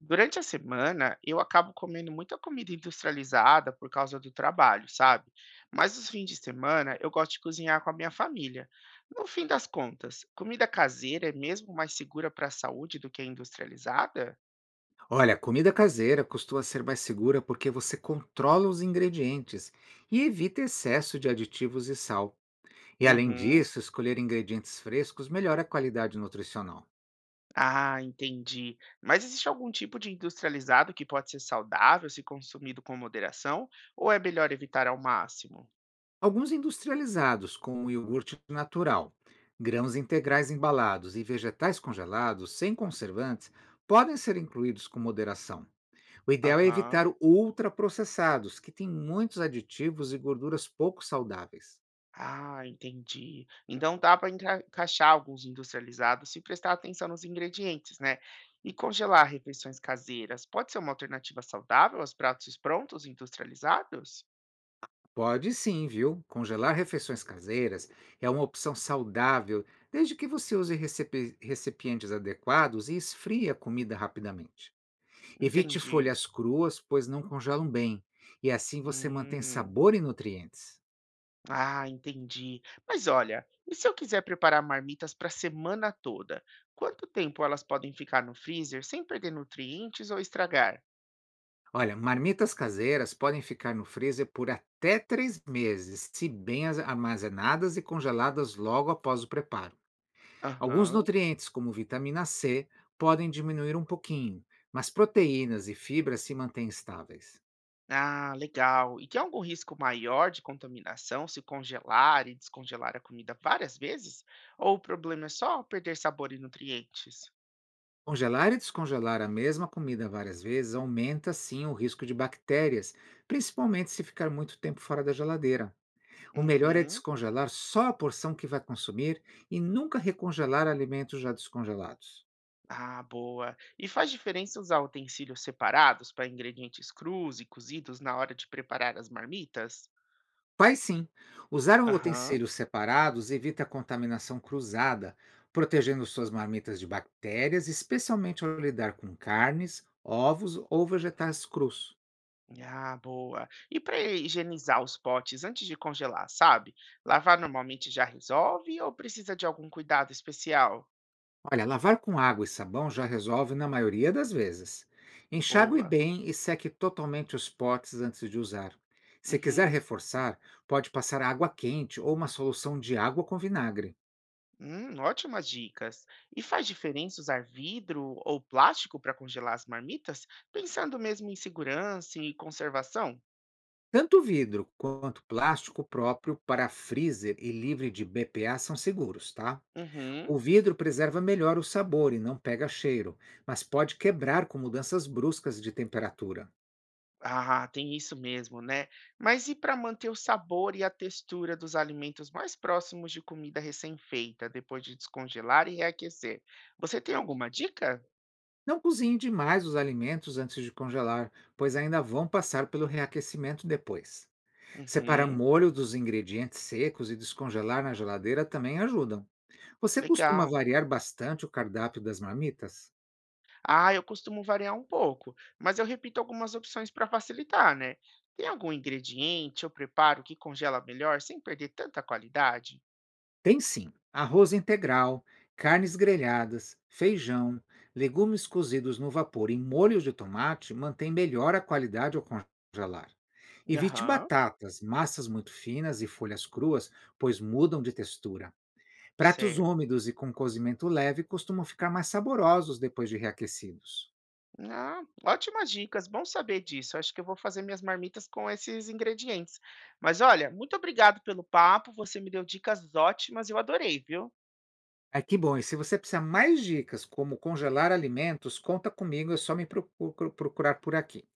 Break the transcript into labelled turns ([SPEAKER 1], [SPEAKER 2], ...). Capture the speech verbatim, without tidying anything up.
[SPEAKER 1] Durante a semana, eu acabo comendo muita comida industrializada por causa do trabalho, sabe? Mas os fins de semana, eu gosto de cozinhar com a minha família. No fim das contas, comida caseira é mesmo mais segura para a saúde do que a industrializada?
[SPEAKER 2] Olha, a comida caseira costuma ser mais segura porque você controla os ingredientes e evita excesso de aditivos e sal. E além
[SPEAKER 1] Uhum.
[SPEAKER 2] disso, escolher ingredientes frescos melhora a qualidade nutricional.
[SPEAKER 1] Ah, entendi. Mas existe algum tipo de industrializado que pode ser saudável se consumido com moderação? Ou é melhor evitar ao máximo?
[SPEAKER 2] Alguns industrializados, como iogurte natural, grãos integrais embalados e vegetais congelados sem conservantes, podem ser incluídos com moderação. O ideal é evitar
[SPEAKER 1] Aham.
[SPEAKER 2] ultraprocessados, que têm muitos aditivos e gorduras pouco saudáveis.
[SPEAKER 1] Ah, entendi. Então dá para encaixar alguns industrializados se prestar atenção nos ingredientes, né? E congelar refeições caseiras pode ser uma alternativa saudável aos pratos prontos industrializados?
[SPEAKER 2] Pode sim, viu? Congelar refeições caseiras é uma opção saudável, desde que você use recepe- recipientes adequados e esfrie a comida rapidamente. Evite
[SPEAKER 1] Entendi.
[SPEAKER 2] folhas cruas, pois não congelam bem, e assim você mantém
[SPEAKER 1] Hum.
[SPEAKER 2] sabor e nutrientes.
[SPEAKER 1] Ah, entendi. Mas olha, e se eu quiser preparar marmitas para a semana toda? Quanto tempo elas podem ficar no freezer sem perder nutrientes ou estragar?
[SPEAKER 2] Olha, marmitas caseiras podem ficar no freezer por até três meses, se bem as- armazenadas e congeladas logo após o preparo. Alguns
[SPEAKER 1] Aham.
[SPEAKER 2] nutrientes, como vitamina C, podem diminuir um pouquinho, mas proteínas e fibras se mantêm estáveis.
[SPEAKER 1] Ah, legal. E tem algum risco maior de contaminação se congelar e descongelar a comida várias vezes? Ou o problema é só perder sabor e nutrientes?
[SPEAKER 2] Congelar e descongelar a mesma comida várias vezes aumenta sim o risco de bactérias, principalmente se ficar muito tempo fora da geladeira. O melhor é
[SPEAKER 1] Uhum.
[SPEAKER 2] descongelar só a porção que vai consumir e nunca recongelar alimentos já descongelados.
[SPEAKER 1] Ah, boa. E faz diferença usar utensílios separados para ingredientes crus e cozidos na hora de preparar as marmitas?
[SPEAKER 2] Faz sim. Usar
[SPEAKER 1] Aham.
[SPEAKER 2] utensílios separados evita a contaminação cruzada, protegendo suas marmitas de bactérias, especialmente ao lidar com carnes, ovos ou vegetais crus.
[SPEAKER 1] Ah, boa. E para higienizar os potes antes de congelar, sabe? Lavar normalmente já resolve ou precisa de algum cuidado especial?
[SPEAKER 2] Olha, lavar com água e sabão já resolve na maioria das vezes. Enxague
[SPEAKER 1] Boa.
[SPEAKER 2] bem e seque totalmente os potes antes de usar. Se quiser
[SPEAKER 1] Uhum.
[SPEAKER 2] reforçar, pode passar água quente ou uma solução de água com vinagre.
[SPEAKER 1] Hum, ótimas dicas. E faz diferença usar vidro ou plástico para congelar as marmitas, pensando mesmo em segurança e conservação?
[SPEAKER 2] Tanto vidro quanto plástico próprio para freezer e livre de B P A são seguros, tá?
[SPEAKER 1] Uhum.
[SPEAKER 2] O vidro preserva melhor o sabor e não pega cheiro, mas pode quebrar com mudanças bruscas de temperatura.
[SPEAKER 1] Ah, tem isso mesmo, né? Mas e para manter o sabor e a textura dos alimentos mais próximos de comida recém-feita, depois de descongelar e reaquecer? Você tem alguma dica?
[SPEAKER 2] Não cozinhe demais os alimentos antes de congelar, pois ainda vão passar pelo reaquecimento depois. Separar
[SPEAKER 1] Uhum,
[SPEAKER 2] molho dos ingredientes secos e descongelar na geladeira também ajudam. Você costuma
[SPEAKER 1] legal.
[SPEAKER 2] variar bastante o cardápio das marmitas?
[SPEAKER 1] Ah, eu costumo variar um pouco, mas eu repito algumas opções para facilitar, né? Tem algum ingrediente ou preparo que congela melhor sem perder tanta qualidade?
[SPEAKER 2] Tem sim. Arroz integral, carnes grelhadas, feijão, legumes cozidos no vapor e molhos de tomate mantém melhor a qualidade ao congelar. Evite
[SPEAKER 1] Aham,
[SPEAKER 2] batatas, massas muito finas e folhas cruas, pois mudam de textura. Pratos
[SPEAKER 1] certo.
[SPEAKER 2] úmidos e com cozimento leve costumam ficar mais saborosos depois de reaquecidos.
[SPEAKER 1] Ah, ótimas dicas, bom saber disso. Acho que eu vou fazer minhas marmitas com esses ingredientes. Mas olha, muito obrigado pelo papo, você me deu dicas ótimas, eu adorei, viu?
[SPEAKER 2] Ah, que bom! E se você precisar mais dicas como congelar alimentos, conta comigo, é só me procu- procurar por aqui.